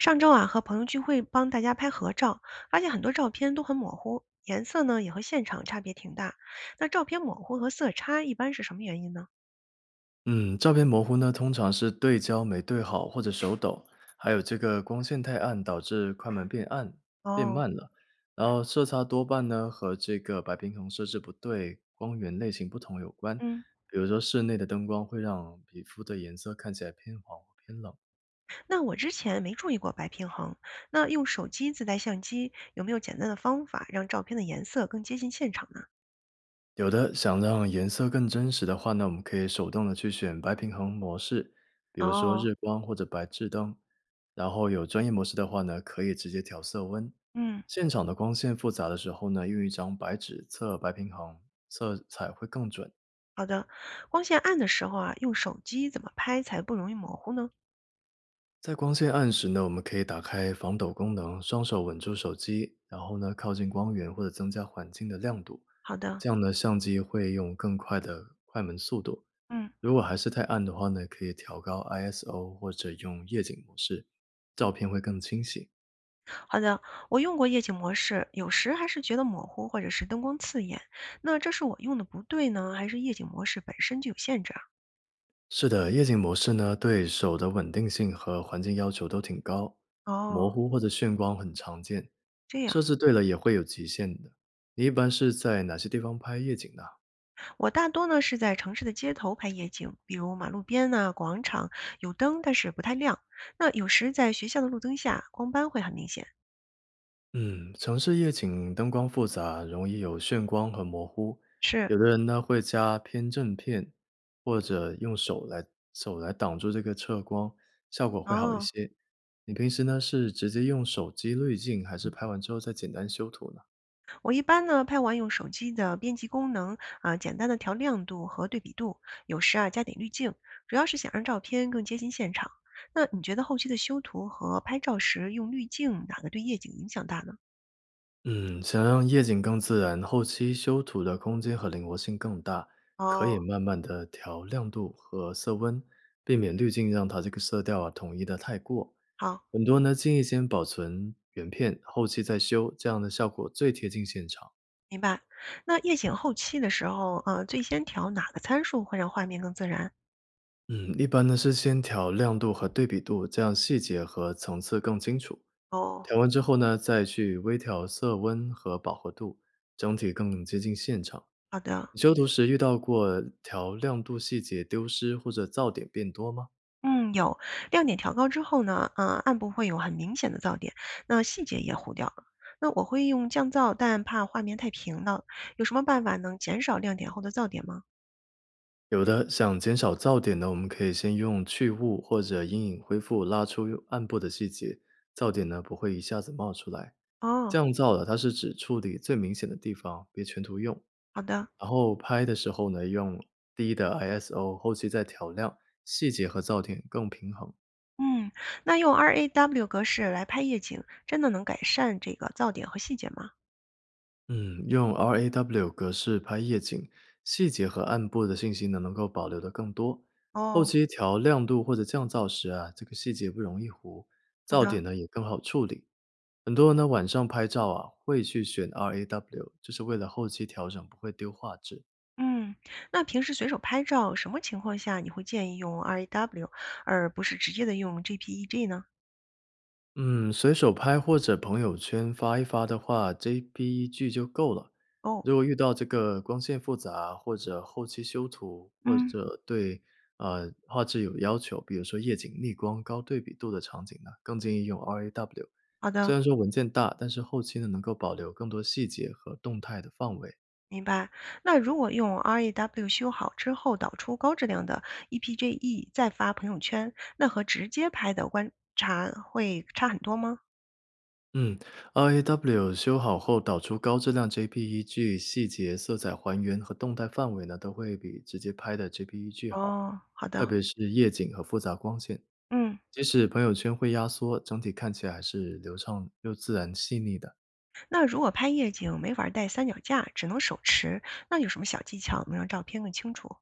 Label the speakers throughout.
Speaker 1: 上周啊，和朋友聚会帮大家拍合照，发现很多照片都很模糊，颜色呢也和现场差别挺大。那照片模糊和色差一般是什么原因呢？
Speaker 2: 嗯，照片模糊呢，通常是对焦没对好或者手抖，还有这个光线太暗导致快门变暗变
Speaker 1: 哦。
Speaker 2: 慢了，然后色差多半呢和这个白平衡设置不对、光源类型不同有关。
Speaker 1: 嗯，
Speaker 2: 比如说室内的灯光会让皮肤的颜色看起来偏黄或偏冷，
Speaker 1: 那我之前没注意过白平衡。那用手机自带相机有没有简单的方法让照片的颜色更接近现场呢？
Speaker 2: 有的想让颜色更真实的话呢，我们可以手动的去选白平衡模式，比如说
Speaker 1: 哦。
Speaker 2: 日光或者白炽灯。然后有专业模式的话呢，可以直接调色温。
Speaker 1: 嗯。
Speaker 2: 现场的光线复杂的时候呢，用一张白纸测白平衡，色彩会更准。
Speaker 1: 好的。光线暗的时候啊，用手机怎么拍才不容易模糊呢？
Speaker 2: 在光线暗时呢，我们可以打开防抖功能，双手稳住手机，然后呢靠近光源或者增加环境的亮度，
Speaker 1: 好的。
Speaker 2: 这样呢相机会用更快的快门速度。
Speaker 1: 嗯。
Speaker 2: 如果还是太暗的话呢，可以调高 ISO 或者用夜景模式，照片会更清晰。
Speaker 1: 好的，我用过夜景模式，有时还是觉得模糊或者是灯光刺眼。那这是我用的不对呢，还是夜景模式本身就有限制啊？
Speaker 2: 是的，夜景模式呢，对手的稳定性和环境要求都挺高，模
Speaker 1: 哦，
Speaker 2: 糊或者眩光很常见，
Speaker 1: 这样，
Speaker 2: 设置对了也会有极限的。你一般是在哪些地方拍夜景呢？
Speaker 1: 我大多呢是在城市的街头拍夜景，比如马路边呐、广场有灯，但是不太亮。那有时在学校的路灯下，光斑会很明显。
Speaker 2: 嗯，城市夜景灯光复杂，容易有眩光和模糊。
Speaker 1: 是。
Speaker 2: 有的人呢会加偏振片，或者用手来挡住这个侧光，效果会好一
Speaker 1: 哦。
Speaker 2: 些。你平时呢是直接用手机滤镜，还是拍完之后再简单修图呢？
Speaker 1: 我一般呢，拍完用手机的编辑功能啊，简单的调亮度和对比度，有时啊加点滤镜，主要是想让照片更接近现场。那你觉得后期的修图和拍照时用滤镜哪个对夜景影响大呢？
Speaker 2: 嗯，想让夜景更自然，后期修图的空间和灵活性更大，可以
Speaker 1: 哦，
Speaker 2: 慢慢的调亮度和色温，避免滤镜让它这个色调啊统一的太过。
Speaker 1: 好，
Speaker 2: 很多呢建议先保存原片，后期再修，这样的效果最贴近现场。
Speaker 1: 明白。那夜景后期的时候，最先调哪个参数会让画面更自然？
Speaker 2: 嗯，一般呢是先调亮度和对比度，这样细节和层次更清楚。
Speaker 1: 哦，
Speaker 2: 调完之后呢，再去微调色温和饱和度，整体更接近现场。
Speaker 1: 好的。
Speaker 2: 你修图时遇到过调亮度细节丢失或者噪点变多吗？
Speaker 1: 嗯，有。亮点调高之后呢，暗部会有很明显的噪点，那细节也糊掉了。那我会用降噪，但怕画面太平了。有什么办法能减少亮点后的噪点吗？
Speaker 2: 有的，想减少噪点呢，我们可以先用去雾或者阴影恢复拉出暗部的细节，噪点呢不会一下子冒出来。
Speaker 1: 哦，
Speaker 2: 降噪的，它是指处理最明显的地方，别全图用。
Speaker 1: 好的。
Speaker 2: 然后拍的时候呢，用低的 ISO，后期再调亮，细节和噪点更平衡。
Speaker 1: 嗯，那用 RAW 格式来拍夜景，真的能改善这个噪点和细节吗？
Speaker 2: 嗯，用 RAW 格式拍夜景，细节和暗部的信息呢能够保留的更多。后
Speaker 1: 哦，
Speaker 2: 期调亮度或者降噪时啊，这个细节不容易糊，
Speaker 1: 好
Speaker 2: 噪
Speaker 1: 的。
Speaker 2: 点呢也更好处理。很多人呢晚上拍照啊，会去选 RAW，就是为了后期调整不会丢画质。
Speaker 1: 嗯，那平时随手拍照，什么情况下你会建议用 RAW，而不是直接的用 JPEG 呢？
Speaker 2: 嗯，随手拍或者朋友圈发一发的话，JPEG 就够了。
Speaker 1: 哦。
Speaker 2: 如果遇到这个光线复杂，或者后期修图，或
Speaker 1: 嗯。
Speaker 2: 者对画质有要求，比如说夜景、逆光、高对比度的场景呢，更建议用 RAW。
Speaker 1: 好的。
Speaker 2: 虽然说文件大，但是后期呢能够保留更多细节和动态的范围。
Speaker 1: 明白。那如果用 RAW 修好之后导出高质量的 EPGE 再发朋友圈，那和直接拍的观察会差很多吗？
Speaker 2: 嗯，RAW 修好后导出高质量 JPEG，细节、色彩还原和动态范围呢都会比直接拍的 JPEG 好。
Speaker 1: 哦，好
Speaker 2: 特
Speaker 1: 的。
Speaker 2: 别是夜景和复杂光线。
Speaker 1: 嗯，
Speaker 2: 即使朋友圈会压缩，整体看起来还是流畅又自然细腻的。
Speaker 1: 那如果拍夜景没法带三脚架，只能手持，那有什么小技巧能让照片更清楚？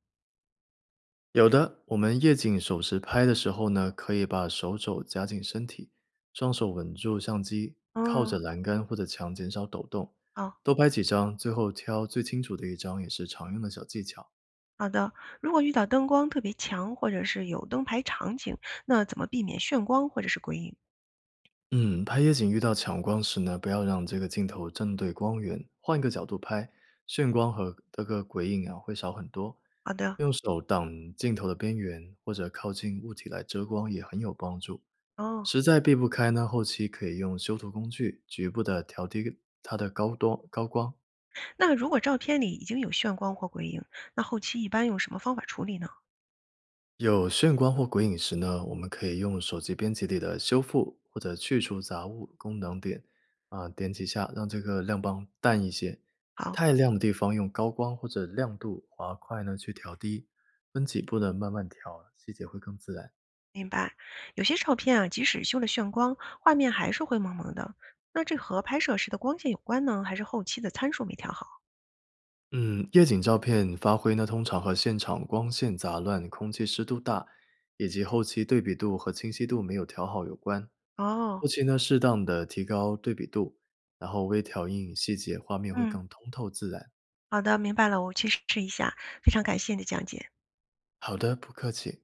Speaker 2: 有的，我们夜景手持拍的时候呢，可以把手肘夹紧身体，双手稳住相机，靠着
Speaker 1: 嗯，
Speaker 2: 栏杆或者墙减少抖动，
Speaker 1: 好
Speaker 2: 多拍几张，最后挑最清楚的一张也是常用的小技巧。
Speaker 1: 好的。如果遇到灯光特别强，或者是有灯牌场景，那怎么避免眩光或者是鬼影？
Speaker 2: 嗯，拍夜景遇到强光时呢，不要让这个镜头正对光源，换一个角度拍，眩光和这个鬼影啊会少很多。
Speaker 1: 好的。
Speaker 2: 用手挡镜头的边缘，或者靠近物体来遮光也很有帮助。
Speaker 1: 哦。
Speaker 2: 实在避不开呢，后期可以用修图工具局部的调低它的高多高光，
Speaker 1: 那如果照片里已经有眩光或鬼影，那后期一般用什么方法处理呢？
Speaker 2: 有眩光或鬼影时呢，我们可以用手机编辑里的修复或者去除杂物功能点啊，点几下让这个亮帮淡一些。
Speaker 1: 好，
Speaker 2: 太亮的地方用高光或者亮度滑块呢去调低，分几步呢慢慢调，细节会更自然。
Speaker 1: 明白。有些照片啊，即使修了眩光，画面还是灰蒙蒙的。那这和拍摄时的光线有关呢，还是后期的参数没调好？
Speaker 2: 嗯，夜景照片发挥呢，通常和现场光线杂乱、空气湿度大，以及后期对比度和清晰度没有调好有关。后
Speaker 1: 哦。
Speaker 2: 期呢，适当的提高对比度，然后微调阴影细节，画面会
Speaker 1: 嗯，
Speaker 2: 更通透自然。
Speaker 1: 好的，明白了，我去试一下。非常感谢你的讲解。
Speaker 2: 好的，不客气。